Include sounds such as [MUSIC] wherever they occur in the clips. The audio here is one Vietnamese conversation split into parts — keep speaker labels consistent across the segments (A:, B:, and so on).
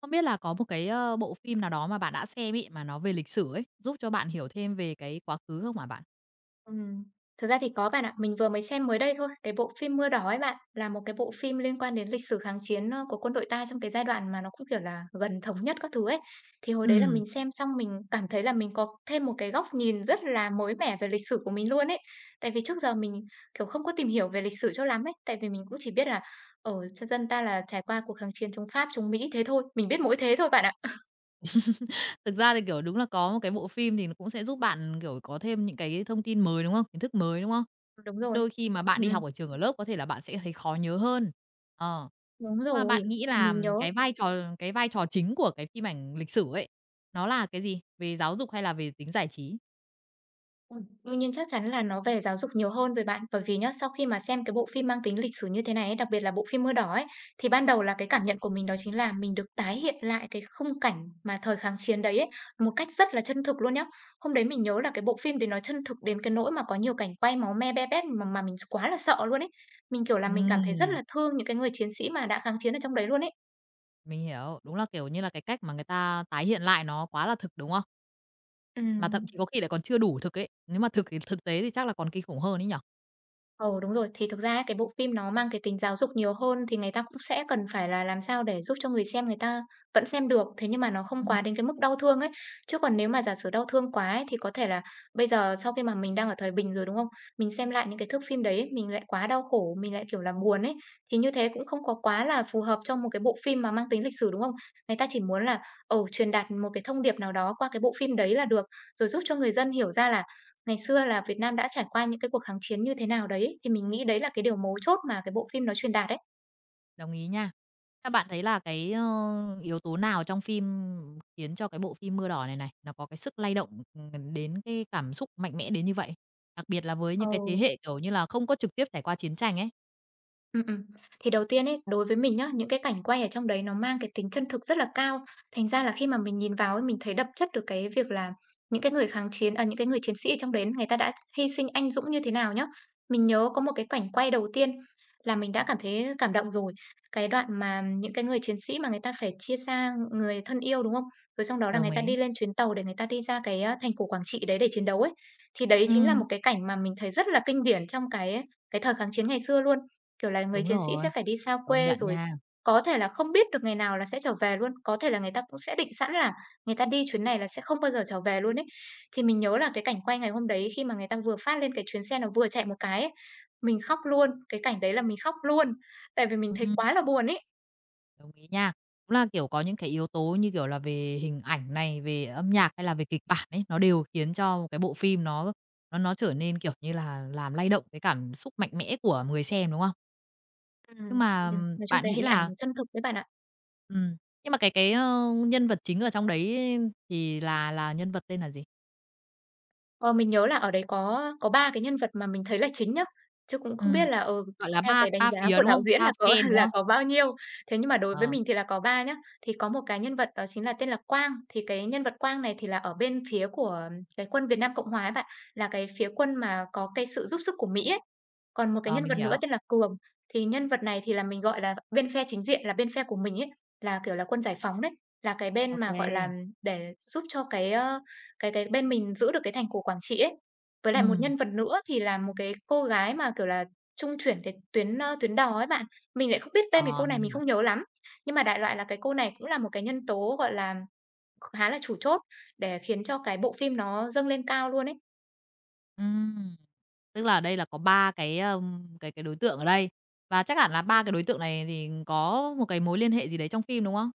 A: Không biết là có một cái, bộ phim nào đó mà bạn đã xem ấy, mà nó về lịch sử ấy, giúp cho bạn hiểu thêm về cái quá khứ không hả bạn?
B: Ừm, Thực ra thì có bạn ạ. Mình vừa mới xem mới đây thôi, cái bộ phim Mưa Đỏ ấy bạn, là một cái bộ phim liên quan đến lịch sử kháng chiến, của quân đội ta trong cái giai đoạn mà nó cũng, kiểu là, gần thống nhất các thứ ấy. Thì hồi đấy là
A: Ừ.
B: mình xem xong mình cảm thấy là mình có thêm một cái góc nhìn rất là mới mẻ về lịch sử của mình luôn ấy. Tại vì trước giờ mình, kiểu, không có tìm hiểu về lịch sử cho lắm ấy, tại vì mình cũng chỉ biết là, ở dân ta là trải qua cuộc kháng chiến chống Pháp, chống Mỹ thế thôi, mình biết mỗi thế thôi bạn ạ. [LAUGHS]
A: Thực ra thì, kiểu, đúng là có một cái bộ phim thì nó cũng sẽ giúp bạn, kiểu, có thêm những cái thông tin mới, đúng không? Kiến thức mới, đúng không?
B: Đúng rồi.
A: Đôi khi mà bạn đi
B: Ừm,
A: học ở trường, ở lớp có thể là bạn sẽ thấy khó nhớ hơn. Ờ.
B: đúng
A: Và
B: rồi.
A: bạn nghĩ
B: Thì
A: là
B: mình nhớ.
A: cái vai trò chính của cái phim ảnh lịch sử ấy, nó là cái gì? Về giáo dục hay là về tính giải trí?
B: Đương nhiên chắc chắn là nó về giáo dục nhiều hơn rồi bạn. Bởi vì nhá, sau khi mà xem cái bộ phim mang tính lịch sử như thế này ấy, đặc biệt là bộ phim Mưa Đỏ ấy, thì ban đầu là cái cảm nhận của mình đó chính là mình được tái hiện lại cái khung cảnh mà thời kháng chiến đấy ấy, một cách rất là chân thực luôn nhá. Hôm đấy mình nhớ là cái bộ phim đấy nó chân thực đến cái nỗi mà có nhiều cảnh quay máu me be bét mà mình quá là sợ luôn ấy. Mình, kiểu là, mình cảm thấy rất
A: Ừm,
B: là thương những cái người chiến sĩ mà đã kháng chiến ở trong đấy luôn ấy.
A: mình hiểu. Đúng là, kiểu như là, cái cách mà người ta tái hiện lại nó quá là thực, đúng không? Mà thậm
B: Ừm.
A: chí có khi lại còn chưa đủ thực ấy, nếu mà thực thì thực tế thì chắc là còn kinh khủng hơn ấy nhở?
B: Ừ, đúng rồi. Thì thực ra ấy, cái bộ phim nó mang cái tính giáo dục nhiều hơn thì người ta cũng sẽ cần phải là làm sao để giúp cho người xem người ta vẫn xem được, thế nhưng mà nó không
A: Ừm.
B: quá đến cái mức đau thương ấy. Chứ còn nếu mà giả sử đau thương quá ấy, thì có thể là bây giờ sau khi mà mình đang ở thời bình rồi, đúng không? Mình xem lại những cái thước phim đấy, ấy, mình lại quá đau khổ, mình lại, kiểu là, buồn ấy, thì như thế cũng không có quá là phù hợp cho một cái bộ phim mà mang tính lịch sử, đúng không? Người ta chỉ muốn là, truyền đạt một cái thông điệp nào đó qua cái bộ phim đấy là được, rồi giúp cho người dân hiểu ra là ngày xưa là Việt Nam đã trải qua những cái cuộc kháng chiến như thế nào đấy, thì mình nghĩ đấy là cái điều mấu chốt mà cái bộ phim nó truyền đạt đấy.
A: Đồng ý nha. Các bạn thấy là cái, yếu tố nào trong phim khiến cho cái bộ phim Mưa Đỏ này này, nó có cái sức lay động, đến cái cảm xúc mạnh mẽ đến như vậy? Đặc biệt là với những cái thế
B: Ừ.
A: hệ, kiểu như là, không có trực tiếp trải qua chiến tranh ấy.
B: Ừm. Thì đầu tiên ấy, đối với mình nhá, những cái cảnh quay ở trong đấy nó mang cái tính chân thực rất là cao. Thành ra là khi mà mình nhìn vào ấy, mình thấy đậm chất được cái việc là những cái người kháng chiến à, những cái người chiến sĩ ở trong đấy người ta đã hy sinh anh dũng như thế nào nhá. Mình nhớ có một cái cảnh quay đầu tiên là mình đã cảm thấy cảm động rồi. Cái đoạn mà những cái người chiến sĩ mà người ta phải chia xa người thân yêu, đúng không? Rồi xong đó là người
A: Đồng
B: ta đi
A: ý.
B: lên chuyến tàu để người ta đi ra cái, thành cổ Quảng Trị đấy để chiến đấu ấy. Thì đấy
A: Ừ.
B: chính là một cái cảnh mà mình thấy rất là kinh điển trong cái thời kháng chiến ngày xưa luôn. Kiểu là, người
A: Đúng
B: chiến sĩ
A: rồi,
B: sẽ phải đi xa
A: công
B: quê
A: nhận
B: rồi
A: nha.
B: có thể là không biết được ngày nào là sẽ trở về luôn, có thể là người ta cũng sẽ định sẵn là người ta đi chuyến này là sẽ không bao giờ trở về luôn ấy. Thì mình nhớ là cái cảnh quay ngày hôm đấy khi mà người ta vừa phát lên cái chuyến xe nó vừa chạy một cái ấy, mình khóc luôn, cái cảnh đấy là mình khóc luôn, tại vì mình thấy
A: Ừm.
B: quá là buồn ấy.
A: Đồng ý nha. Cũng là, kiểu, có những cái yếu tố như, kiểu là, về hình ảnh này, về âm nhạc hay là về kịch bản ấy, nó đều khiến cho một cái bộ phim nó trở nên, kiểu như là, làm lay động cái cảm xúc mạnh mẽ của người xem, đúng không? Nhưng
B: Ừm,
A: mà
B: nói chung
A: bạn
B: cái
A: nghĩ
B: hình ảnh
A: là
B: nó chân thực đấy bạn ạ.
A: ừm, nhưng mà cái nhân vật chính ở trong đấy thì là nhân vật tên là gì?
B: Ờ, mình nhớ là ở đấy có 3 cái nhân vật mà mình thấy là chính nhá, chứ cũng không biết
A: Ừm,
B: là, ừ,
A: gọi là,
B: theo
A: ba
B: cái đánh
A: ba
B: giá
A: phía,
B: của
A: đúng
B: đạo [LAUGHS]
A: không?
B: diễn
A: Ba
B: là có
A: phe,
B: [LAUGHS]
A: đúng
B: là
A: không?
B: có bao nhiêu. Thế nhưng mà đối với
A: Ờ,
B: mình thì là có 3 nhá. Thì có một cái nhân vật đó chính là tên là Quang, thì cái nhân vật Quang này thì là ở bên phía của cái quân Việt Nam Cộng hòa ấy bạn, là cái phía quân mà có cái sự giúp sức của Mỹ ấy. Còn một cái
A: ờ,
B: nhân
A: mình
B: vật nữa
A: hiểu.
B: tên là Cường, thì nhân vật này thì là mình, gọi là, bên phe chính diện, là bên phe của mình ấy, là, kiểu là, quân giải phóng đấy, là cái bên
A: OK,
B: mà, gọi là,
A: kê.
B: để giúp cho cái, cái bên mình giữ được cái thành cổ Quảng Trị ấy. Với lại một nhân vật nữa thì là một cái cô gái mà, kiểu là, trung chuyển cái tuyến, tuyến đò ấy bạn. Mình lại không biết tên cái
A: Ờ,
B: cô này
A: mình
B: mình
A: hiểu.
B: không nhớ lắm, nhưng mà đại loại là cái cô này cũng là một cái nhân tố, gọi là, khá là chủ chốt để khiến cho cái bộ phim nó dâng lên cao luôn ấy.
A: Ừm. Tức là ở đây là có 3 cái, cái đối tượng ở đây, và chắc hẳn là ba cái
B: Ừm.
A: đối tượng này thì có một cái mối liên hệ gì đấy trong phim, đúng không?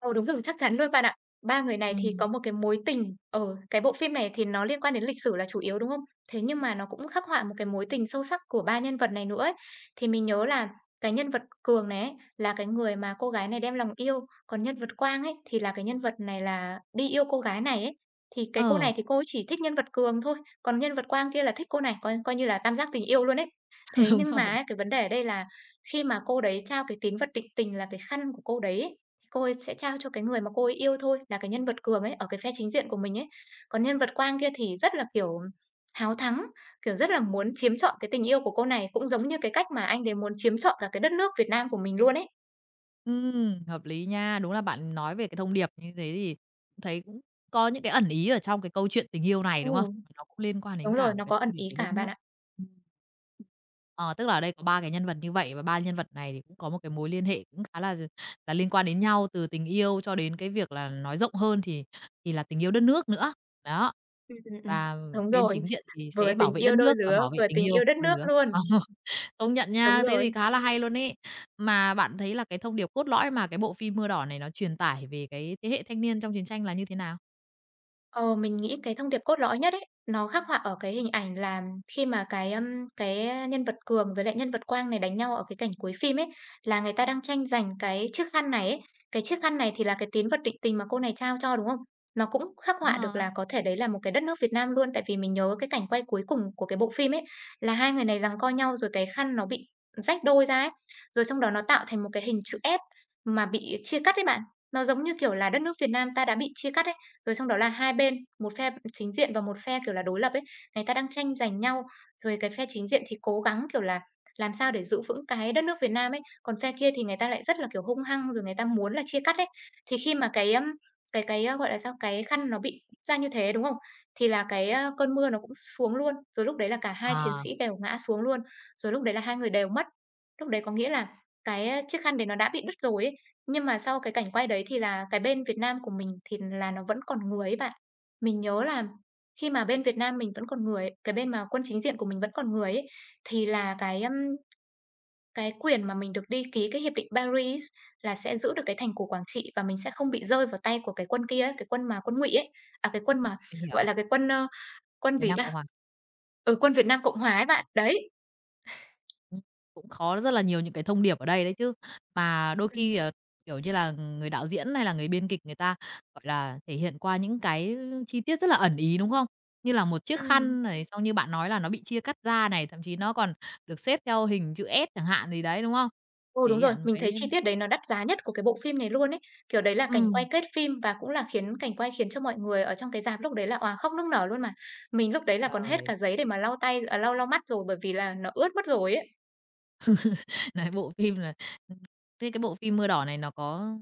B: Ừ, đúng rồi, chắc chắn luôn bạn ạ. Ba người này thì
A: Ừm.
B: có một cái mối tình ở cái bộ phim này thì nó liên quan đến lịch sử là chủ yếu, đúng không? Thế nhưng mà nó cũng khắc họa một cái mối tình sâu sắc của ba nhân vật này nữa ấy. Thì mình nhớ là cái nhân vật Cường này ấy, là cái người mà cô gái này đem lòng yêu, còn nhân vật Quang ấy thì là cái nhân vật này là đi yêu cô gái này ấy. Thì cái cô
A: Ờ,
B: này thì cô ấy chỉ thích nhân vật Cường thôi, còn nhân vật Quang kia là thích cô này, coi coi như là tam giác tình yêu luôn ấy.
A: [LAUGHS]
B: Thế
A: đúng
B: nhưng mà
A: rồi.
B: ấy, cái vấn đề ở đây là khi mà cô đấy trao cái tín vật định tình là cái khăn của cô đấy ấy, cô ấy sẽ trao cho cái người mà cô ấy yêu thôi, là cái nhân vật Cường ấy, ở cái phe chính diện của mình ấy. Còn nhân vật Quang kia thì rất là, kiểu, háo thắng, kiểu, rất là muốn chiếm trọn cái tình yêu của cô này, cũng giống như cái cách mà anh đấy muốn chiếm trọn cả cái đất nước Việt Nam của mình luôn ấy.
A: Hợp lý nha. Đúng là bạn nói về cái thông điệp như thế thì thấy cũng có những cái ẩn ý ở trong cái câu chuyện tình yêu này, đúng không?
B: Ừm.
A: Nó cũng liên quan
B: Đúng
A: đến
B: rồi,
A: cả một
B: nó
A: cái
B: có
A: thông
B: ẩn
A: điệp
B: ý
A: về đất
B: cả bạn
A: nước.
B: ạ.
A: Ờ, tức là ở đây có 3 cái nhân vật như vậy và 3 nhân vật này thì cũng có một cái mối liên hệ cũng khá là liên quan đến nhau, từ tình yêu cho đến cái việc là nói rộng hơn thì là tình yêu đất nước nữa. Đó.
B: Ừm.
A: Và
B: Đúng
A: bên
B: rồi,
A: chính diện thì
B: vừa
A: sẽ bảo
B: tình
A: vệ đất
B: yêu đôi
A: nước và
B: lứa,
A: bảo vệ
B: vừa
A: tình
B: tình
A: yêu
B: yêu đất
A: đôi
B: nước
A: lứa.
B: luôn.
A: Ờ, [LAUGHS] công nhận
B: Đúng
A: nha, thế thì
B: rồi.
A: khá là hay luôn ấy. Mà bạn thấy là cái thông điệp cốt lõi mà cái bộ phim Mưa Đỏ này nó truyền tải về cái thế hệ thanh niên trong chiến tranh là như thế nào?
B: Ờ, mình nghĩ cái thông điệp cốt lõi nhất ấy, nó khắc họa ở cái hình ảnh là khi mà cái, cái nhân vật Cường với lại nhân vật Quang này đánh nhau ở cái cảnh cuối phim ấy, là người ta đang tranh giành cái chiếc khăn này ấy. Cái chiếc khăn này thì là cái tín vật định tình mà cô này trao cho, đúng không? Nó cũng khắc
A: Đúng
B: họa được
A: rồi.
B: là có thể đấy là một cái đất nước Việt Nam luôn, tại vì mình nhớ cái cảnh quay cuối cùng của cái bộ phim ấy, là hai người này giằng co nhau rồi cái khăn nó bị rách đôi ra ấy, rồi xong đó nó tạo thành một cái hình chữ S mà bị chia cắt đấy bạn. Nó giống như kiểu là đất nước Việt Nam ta đã bị chia cắt rồi xong đó là hai bên, một phe chính diện và một phe, kiểu là, đối lập ấy, người ta đang tranh giành nhau. Rồi cái phe chính diện thì cố gắng, kiểu là, làm sao để giữ vững cái đất nước Việt Nam ấy, còn phe kia thì người ta lại rất là, kiểu, hung hăng, rồi người ta muốn là chia cắt ấy. Thì khi mà cái, gọi là sao, cái khăn nó bị ra như thế, đúng không? Thì là cái, cơn mưa nó cũng xuống luôn, rồi lúc đấy là cả hai chiến
A: À,
B: sĩ đều ngã xuống luôn, rồi lúc đấy là hai người đều mất. Lúc đấy có nghĩa là cái chiếc khăn đấy nó đã bị đứt rồi ấy, nhưng mà sau cái cảnh quay đấy thì là cái bên Việt Nam của mình thì là nó vẫn còn người ấy bạn. Mình nhớ là khi mà bên Việt Nam mình vẫn còn người ấy, cái bên mà quân chính diện của mình vẫn còn người ấy, thì là cái quyền mà mình được đi ký cái hiệp định Paris là sẽ giữ được cái thành cổ Quảng Trị và mình sẽ không bị rơi vào tay của cái quân kia ấy, cái quân mà quân Ngụy ấy, à, cái quân mà,
A: mình
B: gọi
A: hiểu.
B: là, quân
A: Việt
B: gì
A: Nam Cộng
B: ta?
A: hòa.
B: Ừ, quân Việt Nam Cộng Hòa ấy bạn, đấy.
A: Ừm, cũng khó rất là nhiều những cái thông điệp ở đây đấy chứ. Mà đôi
B: Ừm,
A: khi, ờ, kiểu như là, người đạo diễn hay là người biên kịch người ta, gọi là, thể hiện qua những cái chi tiết rất là ẩn ý, đúng không? Như là một chiếc
B: ừm.
A: khăn này, xong như bạn nói là nó bị chia cắt ra này, thậm chí nó còn được xếp theo hình chữ S chẳng hạn gì đấy, đúng không?
B: Ừ,
A: Thể
B: đúng rồi,
A: hiện
B: mình
A: cái
B: thấy chi tiết đấy nó đắt giá nhất của cái bộ phim này luôn ấy. Kiểu, đấy là cảnh quay
A: ừm,
B: kết phim và cũng là khiến cảnh quay khiến cho mọi người ở trong cái rạp lúc đấy là òa khóc nức nở luôn mà. Mình lúc đấy là còn hết
A: trời,
B: cả giấy để mà lau tay à, lau lau mắt rồi, bởi vì là nó ướt mất rồi ấy.
A: [LAUGHS] nói bộ phim là ừm, thế cái bộ phim Mưa Đỏ này nó có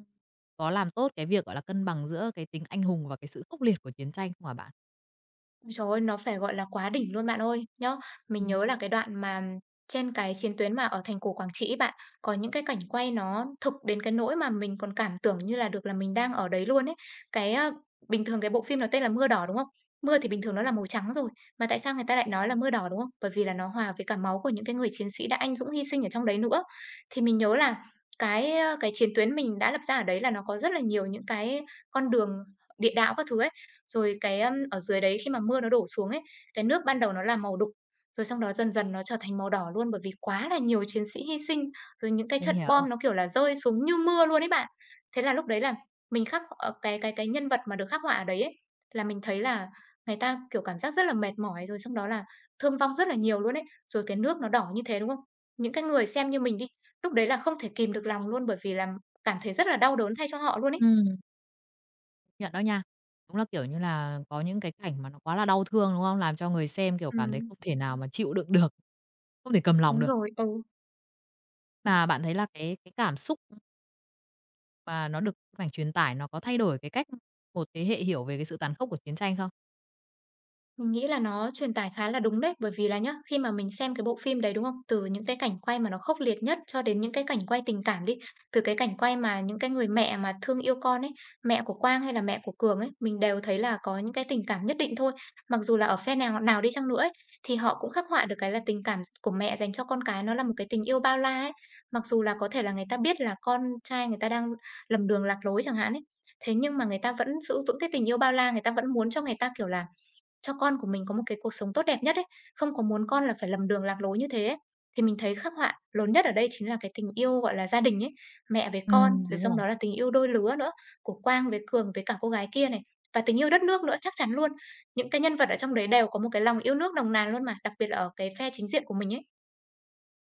A: có làm tốt cái việc, gọi là, cân bằng giữa cái tính anh hùng và cái sự khốc liệt của chiến tranh không hả bạn?
B: Ôi trời ơi, nó phải, gọi là, quá đỉnh luôn bạn ơi. Nhá, mình
A: Ừm,
B: nhớ là cái đoạn mà trên cái chiến tuyến mà ở thành cổ Quảng Trị ấy bạn, có những cái cảnh quay nó thực đến cái nỗi mà mình còn cảm tưởng như là được là mình đang ở đấy luôn ấy. Cái, a bình thường cái bộ phim nó tên là Mưa Đỏ, đúng không? Mưa thì bình thường nó là màu trắng rồi, mà tại sao người ta lại nói là mưa đỏ, đúng không? Bởi vì là nó hòa với cả máu của những cái người chiến sĩ đã anh dũng hy sinh ở trong đấy nữa. Thì mình nhớ là cái chiến tuyến mình đã lập ra ở đấy là nó có rất là nhiều những cái con đường địa đạo các thứ ấy. Rồi ở dưới đấy khi mà mưa nó đổ xuống ấy, cái nước ban đầu nó là màu đục, rồi xong đó dần dần nó trở thành màu đỏ luôn, bởi vì quá là nhiều chiến sĩ hy sinh, rồi những cái
A: mình
B: trận
A: hiểu.
B: bom nó, kiểu là, rơi xuống như mưa luôn ấy bạn. Thế là lúc đấy là cái nhân vật mà được khắc họa ở đấy ấy, là mình thấy là người ta, kiểu, cảm giác rất là mệt mỏi, rồi xong đó là thương vong rất là nhiều luôn ấy. Rồi cái nước nó đỏ như thế, đúng không? Những cái người xem như mình đi, lúc đấy là không thể kìm được lòng luôn, bởi vì là cảm thấy rất là đau đớn thay cho họ luôn ấy.
A: Ừm. Nhận đó nha. Đúng là, kiểu như là, có những cái cảnh mà nó quá là đau thương, đúng không? Làm cho người xem, kiểu, cảm thấy
B: Ừ.
A: không thể nào mà chịu đựng được, không thể cầm lòng
B: Đúng
A: được.
B: rồi, ừ.
A: Mà bạn thấy là cái cảm xúc mà nó được bức ảnh truyền tải nó có thay đổi cái cách một thế hệ hiểu về cái sự tàn khốc của chiến tranh không?
B: Mình nghĩ là nó truyền tải khá là đúng đấy, bởi vì là nhá, khi mà mình xem cái bộ phim đấy, đúng không? Từ những cái cảnh quay mà nó khốc liệt nhất cho đến những cái cảnh quay tình cảm đi, từ cái cảnh quay mà những cái người mẹ mà thương yêu con ấy, mẹ của Quang hay là mẹ của Cường ấy, mình đều thấy là có những cái tình cảm nhất định thôi. Mặc dù là ở phe nào nào đi chăng nữa ấy, thì họ cũng khắc họa được cái là tình cảm của mẹ dành cho con cái nó là một cái tình yêu bao la ấy. Mặc dù là có thể là người ta biết là con trai người ta đang lầm đường lạc lối chẳng hạn ấy, thế nhưng mà người ta vẫn giữ vững cái tình yêu bao la, người ta vẫn muốn cho người ta, kiểu là, cho con của mình có một cái cuộc sống tốt đẹp nhất ấy, không có muốn con là phải lầm đường lạc lối như thế ấy. Thì mình thấy khắc họa lớn nhất ở đây chính là cái tình yêu, gọi là, gia đình ấy, mẹ với con, rồi
A: Đúng
B: xong
A: rồi.
B: đó là tình yêu đôi lứa nữa, của Quang với Cường với cả cô gái kia này, và tình yêu đất nước nữa chắc chắn luôn. Những cái nhân vật ở trong đấy đều có một cái lòng yêu nước nồng nàn luôn mà, đặc biệt là ở cái phe chính diện của mình ấy.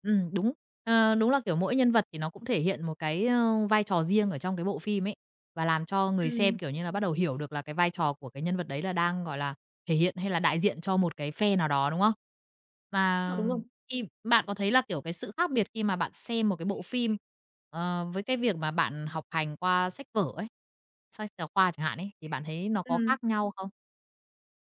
A: Đúng. Ờ, đúng là, kiểu, mỗi nhân vật thì nó cũng thể hiện một cái, vai trò riêng ở trong cái bộ phim ấy, và làm cho người
B: Ừm,
A: xem, kiểu như là, bắt đầu hiểu được là cái vai trò của cái nhân vật đấy là đang, gọi là, thể hiện hay là đại diện cho một cái phe nào đó, đúng không?
B: đúng rồi,
A: Mà
B: đúng rồi.
A: khi bạn có thấy là, kiểu, cái sự khác biệt khi mà bạn xem một cái bộ phim, ờ, với cái việc mà bạn học hành qua sách vở ấy, sách giáo khoa chẳng hạn ấy, thì bạn thấy nó có
B: Ừm.
A: khác nhau không?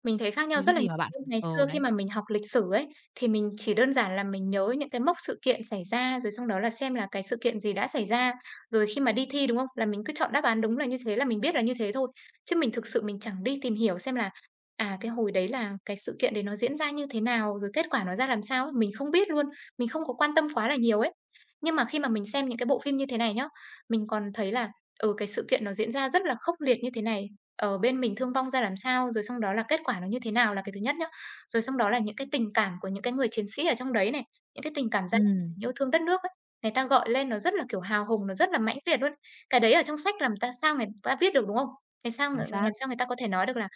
B: Mình thấy khác nhau
A: Những
B: rất là nhiều.
A: gì mà bạn
B: Ngày xưa
A: ờ,
B: khi
A: đấy,
B: mà mình học lịch sử ấy, thì mình chỉ đơn giản là mình nhớ những cái mốc sự kiện xảy ra, rồi xong đó là xem là cái sự kiện gì đã xảy ra. Rồi khi mà đi thi, đúng không? Là mình cứ chọn đáp án đúng là như thế là mình biết là như thế thôi. Chứ mình thực sự mình chẳng đi tìm hiểu xem là, à, cái hồi đấy là cái sự kiện đấy nó diễn ra như thế nào, rồi kết quả nó ra làm sao ấy, mình không biết luôn, mình không có quan tâm quá là nhiều ấy. Nhưng mà khi mà mình xem những cái bộ phim như thế này nhá, mình còn thấy là, ừ, cái sự kiện nó diễn ra rất là khốc liệt như thế này. Ờ, bên mình thương vong ra làm sao, rồi xong đó là kết quả nó như thế nào là cái thứ nhất nhá. Rồi xong đó là những cái tình cảm của những cái người chiến sĩ ở trong đấy này, những cái tình cảm gia
A: ừm,
B: tình yêu thương đất nước ấy, người ta gọi lên nó rất là, kiểu, hào hùng, nó rất là mãnh liệt luôn. Cái đấy ở trong sách làm sao người ta viết được, đúng không? Thế sao ng
A: chính
B: làm
A: xác,
B: sao người ta có thể nói được là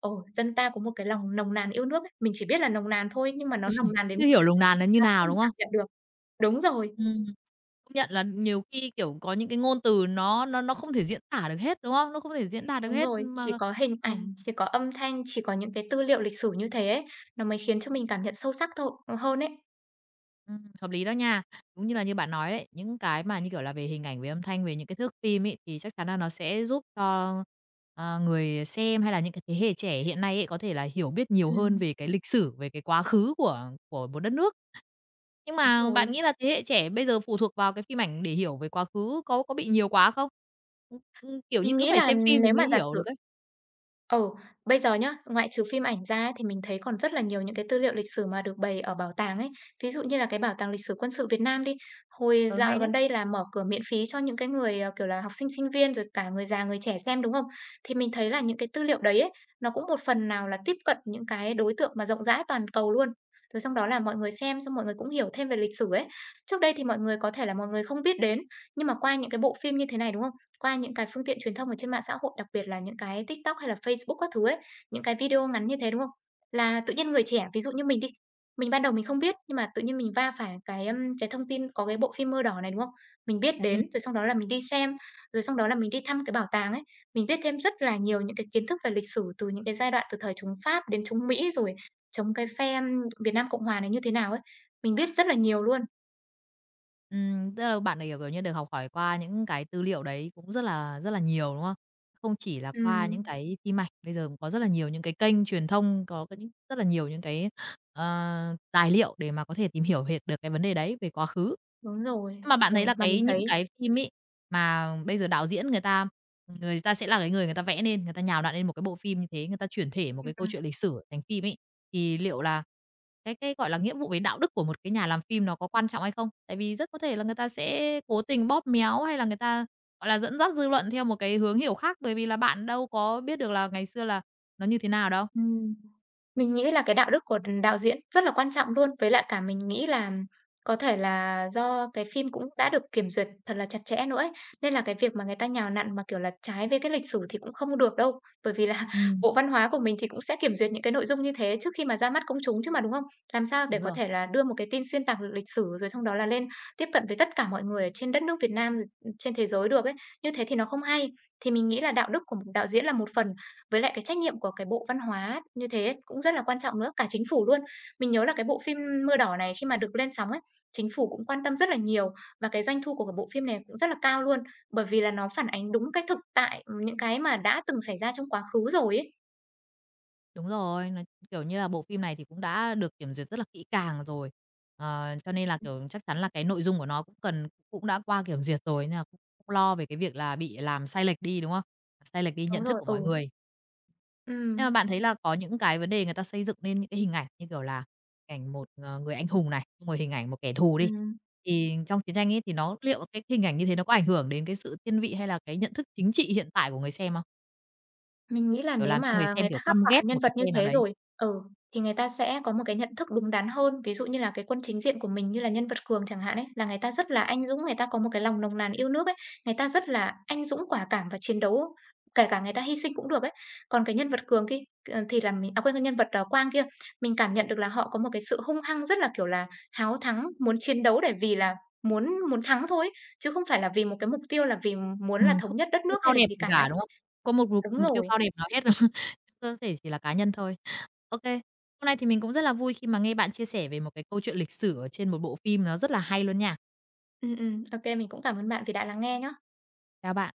B: "Ồ, dân ta có một cái lòng nồng nàn yêu nước" ấy. Mình chỉ biết là nồng nàn thôi, nhưng mà nó nồng nàn đến mức
A: chưa hiểu
B: làm
A: lùng nàn là như
B: sao
A: nào,
B: mà
A: đúng không?
B: cảm nhận được. Đúng rồi.
A: Ừm. Công nhận là nhiều khi, kiểu, có những cái ngôn từ nó không thể diễn tả được hết, đúng không? Nó không thể diễn đạt được
B: Đúng
A: hết
B: rồi, chỉ
A: mà
B: có hình
A: ừm,
B: ảnh, chỉ có âm thanh, chỉ có những cái tư liệu lịch sử như thế ấy, nó mới khiến cho mình cảm nhận sâu sắc thôi hơn ấy.
A: hợp lý đó nha. Đúng như là như bạn nói đấy, những cái mà, như kiểu là, về hình ảnh, về âm thanh, về những cái thước phim ấy, thì chắc chắn là nó sẽ giúp cho, ờ, người xem hay là những cái thế hệ trẻ hiện nay ấy, có thể là hiểu biết nhiều hơn
B: Ừm,
A: về cái lịch sử, về cái quá khứ của một đất nước. Nhưng
B: đúng
A: mà bạn
B: rồi.
A: nghĩ là thế hệ trẻ bây giờ phụ thuộc vào cái phim ảnh để hiểu về quá khứ có bị nhiều quá không? Kiểu như,
B: Mình
A: cứ
B: nghĩ
A: phải
B: là
A: xem phim thì
B: nếu
A: mới
B: mà giả
A: hiểu
B: sử
A: được ấy.
B: ừ, bây giờ nhá, ngoại trừ phim ảnh ra ấy, thì mình thấy còn rất là nhiều những cái tư liệu lịch sử mà được bày ở bảo tàng ấy. Ví dụ như là cái Bảo tàng Lịch sử Quân sự Việt Nam đi, hồi
A: Ừ,
B: dạo
A: hay đấy.
B: gần đây là mở cửa miễn phí cho những cái người, ờ, kiểu là, học sinh, sinh viên, rồi cả người già, người trẻ xem, đúng không? Thì mình thấy là những cái tư liệu đấy ấy, nó cũng một phần nào là tiếp cận những cái đối tượng mà rộng rãi toàn cầu luôn. Rồi xong đó là mọi người xem xong mọi người cũng hiểu thêm về lịch sử ấy. Trước đây thì mọi người có thể là mọi người không biết đến, nhưng mà qua những cái bộ phim như thế này, đúng không? Qua những cái phương tiện truyền thông ở trên mạng xã hội, đặc biệt là những cái TikTok hay là Facebook các thứ ấy, những cái video ngắn như thế, đúng không? Là tự nhiên người trẻ, ví dụ như mình đi, mình ban đầu mình không biết, nhưng mà tự nhiên mình va phải cái thông tin có cái bộ phim Mưa Đỏ này, đúng không? Mình biết
A: Ừm,
B: đến, rồi xong đó là mình đi xem, rồi xong đó là mình đi thăm cái bảo tàng ấy, mình biết thêm rất là nhiều những cái kiến thức về lịch sử từ những cái giai đoạn từ thời chống Pháp đến chống Mỹ, rồi chống cái phe Việt Nam Cộng Hòa này như thế nào ấy. Mình biết rất là nhiều luôn.
A: tức là bạn này, kiểu, kiểu như, được học hỏi qua những cái tư liệu đấy cũng rất là nhiều, đúng không? Không chỉ là qua những
B: Ừm,
A: cái phim ảnh, bây giờ cũng có rất là nhiều những cái kênh truyền thông, có cái những rất là nhiều những cái, ờ, tài liệu để mà có thể tìm hiểu hệt được cái vấn đề đấy về quá khứ.
B: đúng rồi.
A: Nhưng mà bạn
B: Ừ,
A: thấy là
B: mà mình
A: cái những
B: thấy
A: cái phim ấy, mà bây giờ đạo diễn người ta sẽ là cái người người ta vẽ nên, người ta nhào nặn lên một cái bộ phim như thế, người ta chuyển thể một
B: ừm,
A: cái câu
B: ừm,
A: chuyện lịch sử thành phim ấy, thì liệu là gọi là, nghĩa vụ về đạo đức của một cái nhà làm phim nó có quan trọng hay không? Tại vì rất có thể là người ta sẽ cố tình bóp méo hay là người ta, gọi là, dẫn dắt dư luận theo một cái hướng hiểu khác, bởi vì là bạn đâu có biết được là ngày xưa là nó như thế nào đâu.
B: ừm. Mình nghĩ là cái đạo đức của đạo diễn rất là quan trọng luôn, với lại cả mình nghĩ là có thể là do cái phim cũng đã được kiểm duyệt thật là chặt chẽ nữa ấy, nên là cái việc mà người ta nhào nặn mà, kiểu là, trái với cái lịch sử thì cũng không được đâu. Bởi vì là [LAUGHS]
A: Ừm,
B: Bộ Văn hóa của mình thì cũng sẽ kiểm duyệt những cái nội dung như thế trước khi mà ra mắt công chúng chứ mà, đúng không? Làm sao để
A: đúng
B: có
A: rồi.
B: thể là đưa một cái tin xuyên tạc lịch sử rồi xong đó là lên tiếp cận với tất cả mọi người ở trên đất nước Việt Nam, trên thế giới được ấy, như thế thì nó không hay. Thì mình nghĩ là đạo đức của một đạo diễn là một phần, với lại cái trách nhiệm của cái bộ văn hóa như thế cũng rất là quan trọng nữa, cả chính phủ luôn. Mình nhớ là cái bộ phim Mưa Đỏ này khi mà được lên sóng ấy, chính phủ cũng quan tâm rất là nhiều và cái doanh thu của cái bộ phim này cũng rất là cao luôn, bởi vì là nó phản ánh đúng cái thực tại, những cái mà đã từng xảy ra trong quá khứ rồi ấy.
A: Đúng rồi, nó, kiểu như là, bộ phim này thì cũng đã được kiểm duyệt rất là kỹ càng rồi. Ờ, cho nên là,
B: Ừm,
A: kiểu, chắc chắn là cái nội dung của nó cũng cần cũng đã qua kiểm duyệt rồi, nên là cũng cũng lo về cái việc là bị làm sai lệch đi, đúng không? Sai lệch đi
B: đúng
A: nhận thức
B: rồi,
A: của
B: ừ,
A: mọi người.
B: ừ,
A: Nhưng mà bạn thấy là có những cái vấn đề người ta xây dựng nên những cái hình ảnh như kiểu là hình ảnh một, người anh hùng này, xong rồi hình ảnh một kẻ thù đi,
B: ừm.
A: thì trong chiến tranh ấy thì nó liệu cái hình ảnh như thế nó có ảnh hưởng đến cái sự thiên vị hay là cái nhận thức chính trị hiện tại của người xem không?
B: Mình nghĩ là
A: Kiểu,
B: nếu
A: làm cho người
B: mà người
A: xem,
B: ta
A: kiểu,
B: khắc
A: căm
B: họa
A: ghét
B: nhân
A: một
B: vật
A: cái
B: như
A: phe nào
B: thế
A: đấy?
B: rồi, ừ, thì người ta sẽ có một cái nhận thức đúng đắn hơn. Ví dụ như là cái quân chính diện của mình như là nhân vật Cường chẳng hạn ấy, là người ta rất là anh dũng, người ta có một cái lòng nồng nàn yêu nước ấy, người ta rất là anh dũng, quả cảm và chiến đấu, kể cả người ta hy sinh cũng được ấy. Còn cái nhân vật Cường kia ờ, thì là cái nhân vật, ờ, Quang kia, mình cảm nhận được là họ có một cái sự hung hăng rất là, kiểu là, háo thắng, muốn chiến đấu để vì là muốn muốn thắng thôi ấy, chứ không phải là vì một cái mục tiêu là vì muốn là thống
A: Không
B: nhất đất
A: tiêu
B: nước hay
A: cao
B: là
A: đẹp
B: gì
A: gì
B: cả ấy.
A: cả, đúng không? Có một mục
B: Đúng
A: mục tiêu
B: rồi.
A: cao đẹp nào hết đâu. [LAUGHS] Có thể chỉ là cá nhân thôi. OK, hôm nay thì mình cũng rất là vui khi mà nghe bạn chia sẻ về một cái câu chuyện lịch sử ở trên một bộ phim nó rất là hay luôn nha.
B: Ừ, ô mình cũng cảm ơn bạn vì đã lắng nghe nhé.
A: Chào bạn.